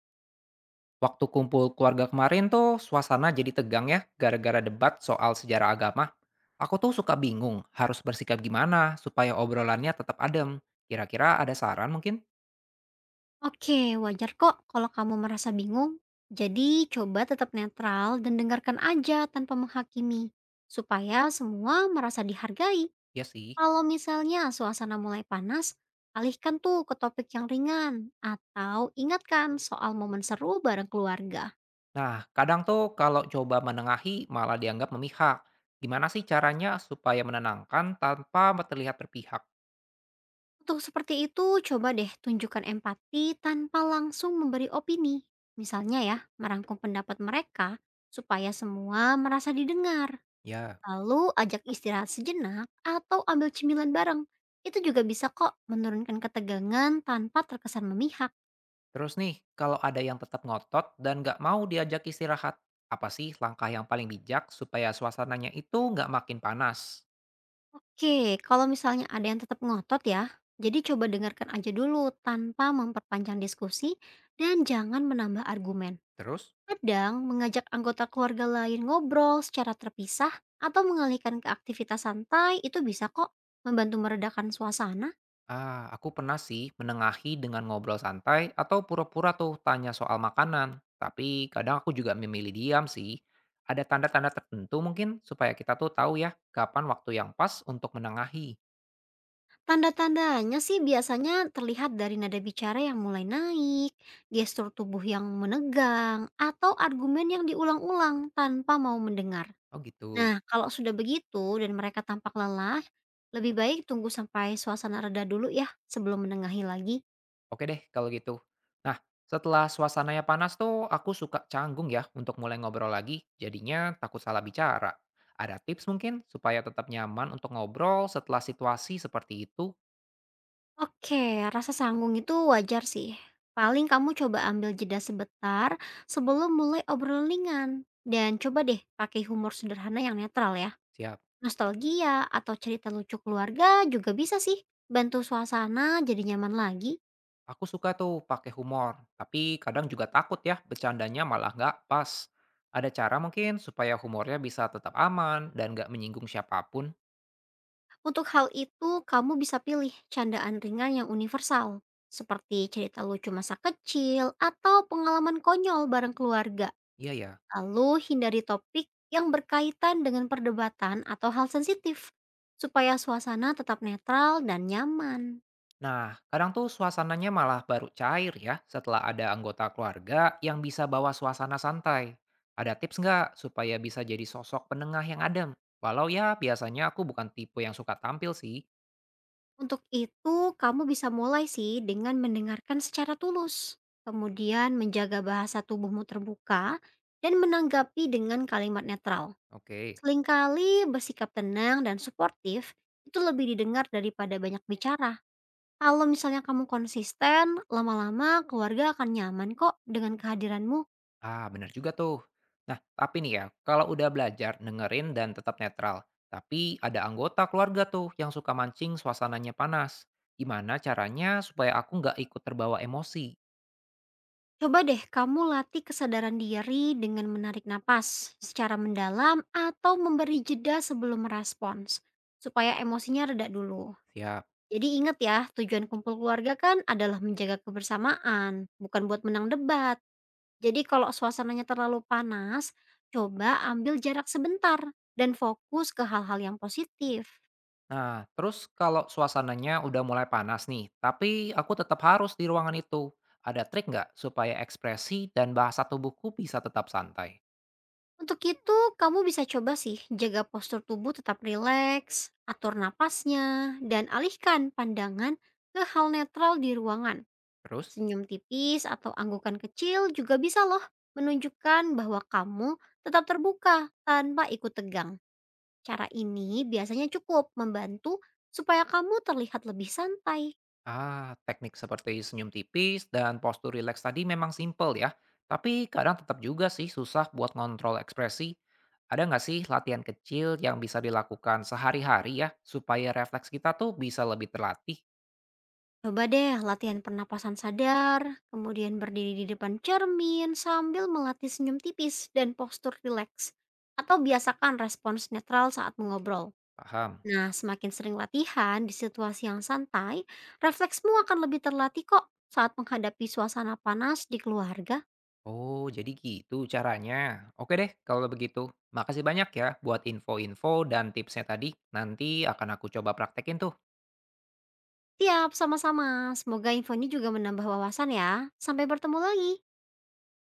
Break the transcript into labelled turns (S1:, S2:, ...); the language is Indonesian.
S1: Waktu kumpul keluarga kemarin tuh suasana jadi tegang ya gara-gara debat soal sejarah agama. Aku tuh suka bingung harus bersikap gimana supaya obrolannya tetap adem. Kira-kira ada saran mungkin?
S2: Oke, wajar kok kalau kamu merasa bingung. Jadi, coba tetap netral dan dengarkan aja tanpa menghakimi, supaya semua merasa dihargai.
S1: Ya sih.
S2: Kalau misalnya suasana mulai panas, alihkan tuh ke topik yang ringan atau ingatkan soal momen seru bareng keluarga.
S1: Nah, kadang tuh kalau coba menengahi malah dianggap memihak. Gimana sih caranya supaya menenangkan tanpa terlihat berpihak?
S2: Untuk seperti itu, coba deh tunjukkan empati tanpa langsung memberi opini. Misalnya ya, merangkum pendapat mereka supaya semua merasa didengar.
S1: Ya.
S2: Lalu ajak istirahat sejenak atau ambil cemilan bareng. Itu juga bisa kok menurunkan ketegangan tanpa terkesan memihak.
S1: Terus nih, kalau ada yang tetap ngotot dan nggak mau diajak istirahat, apa sih langkah yang paling bijak supaya suasananya itu nggak makin panas?
S2: Oke, kalau misalnya ada yang tetap ngotot ya, jadi coba dengarkan aja dulu tanpa memperpanjang diskusi dan jangan menambah argumen.
S1: Terus?
S2: Kadang mengajak anggota keluarga lain ngobrol secara terpisah atau mengalihkan ke aktivitas santai itu bisa kok membantu meredakan suasana.
S1: Ah, aku pernah sih menengahi dengan ngobrol santai atau pura-pura tuh tanya soal makanan. Tapi kadang aku juga memilih diam sih. Ada tanda-tanda tertentu mungkin supaya kita tuh tahu ya kapan waktu yang pas untuk menengahi.
S2: Tanda-tandanya sih biasanya terlihat dari nada bicara yang mulai naik, gestur tubuh yang menegang, atau argumen yang diulang-ulang tanpa mau mendengar.
S1: Oh gitu.
S2: Nah, kalau sudah begitu dan mereka tampak lelah, lebih baik tunggu sampai suasana reda dulu ya sebelum menengahi lagi.
S1: Oke deh kalau gitu. Nah, setelah suasananya panas tuh aku suka canggung ya untuk mulai ngobrol lagi. Jadinya takut salah bicara. Ada tips mungkin supaya tetap nyaman untuk ngobrol setelah situasi seperti itu?
S2: Oke, rasa sanggung itu wajar sih. Paling kamu coba ambil jeda sebentar sebelum mulai obrolan ringan. Dan coba deh pakai humor sederhana yang netral ya.
S1: Siap.
S2: Nostalgia atau cerita lucu keluarga juga bisa sih bantu suasana jadi nyaman lagi.
S1: Aku suka tuh pakai humor, tapi kadang juga takut ya bercandanya malah nggak pas. Ada cara mungkin supaya humornya bisa tetap aman dan nggak menyinggung siapapun?
S2: Untuk hal itu, kamu bisa pilih candaan ringan yang universal, seperti cerita lucu masa kecil atau pengalaman konyol bareng keluarga.
S1: Iya ya.
S2: Lalu hindari topik yang berkaitan dengan perdebatan atau hal sensitif, supaya suasana tetap netral dan nyaman.
S1: Nah, kadang tuh suasananya malah baru cair ya setelah ada anggota keluarga yang bisa bawa suasana santai. Ada tips nggak supaya bisa jadi sosok penengah yang adem? Walau ya biasanya aku bukan tipe yang suka tampil sih.
S2: Untuk itu, kamu bisa mulai sih dengan mendengarkan secara tulus, kemudian menjaga bahasa tubuhmu terbuka, dan menanggapi dengan kalimat netral.
S1: Oke.
S2: Selingkali bersikap tenang dan suportif itu lebih didengar daripada banyak bicara. Kalau misalnya kamu konsisten, lama-lama keluarga akan nyaman kok dengan kehadiranmu.
S1: Ah, benar juga tuh. Nah, tapi nih ya, kalau udah belajar dengerin dan tetap netral, tapi ada anggota keluarga tuh yang suka mancing suasananya panas. Gimana caranya supaya aku nggak ikut terbawa emosi?
S2: Coba deh kamu latih kesadaran diri dengan menarik napas secara mendalam atau memberi jeda sebelum merespons, supaya emosinya reda dulu.
S1: Siap.
S2: Jadi ingat ya, tujuan kumpul keluarga kan adalah menjaga kebersamaan, bukan buat menang debat. Jadi kalau suasananya terlalu panas, coba ambil jarak sebentar dan fokus ke hal-hal yang positif.
S1: Nah, terus kalau suasananya udah mulai panas nih, tapi aku tetap harus di ruangan itu. Ada trik nggak supaya ekspresi dan bahasa tubuhku bisa tetap santai?
S2: Untuk itu, kamu bisa coba sih jaga postur tubuh tetap rileks, atur napasnya, dan alihkan pandangan ke hal netral di ruangan.
S1: Terus?
S2: Senyum tipis atau anggukan kecil juga bisa loh menunjukkan bahwa kamu tetap terbuka tanpa ikut tegang. Cara ini biasanya cukup membantu supaya kamu terlihat lebih santai.
S1: Ah, teknik seperti senyum tipis dan postur rileks tadi memang simpel ya, tapi kadang tetap juga sih susah buat ngontrol ekspresi. Ada nggak sih latihan kecil yang bisa dilakukan sehari-hari ya, supaya refleks kita tuh bisa lebih terlatih?
S2: Coba deh latihan pernapasan sadar, kemudian berdiri di depan cermin sambil melatih senyum tipis dan postur rileks. Atau biasakan respons netral saat mengobrol.
S1: Paham?
S2: Nah, semakin sering latihan di situasi yang santai, refleksmu akan lebih terlatih kok saat menghadapi suasana panas di keluarga.
S1: Oh, jadi gitu caranya. Oke deh, kalau begitu. Makasih banyak ya buat info-info dan tipsnya tadi. Nanti akan aku coba praktekin tuh.
S2: Tiap sama-sama. Semoga infonya juga menambah wawasan ya. Sampai bertemu lagi.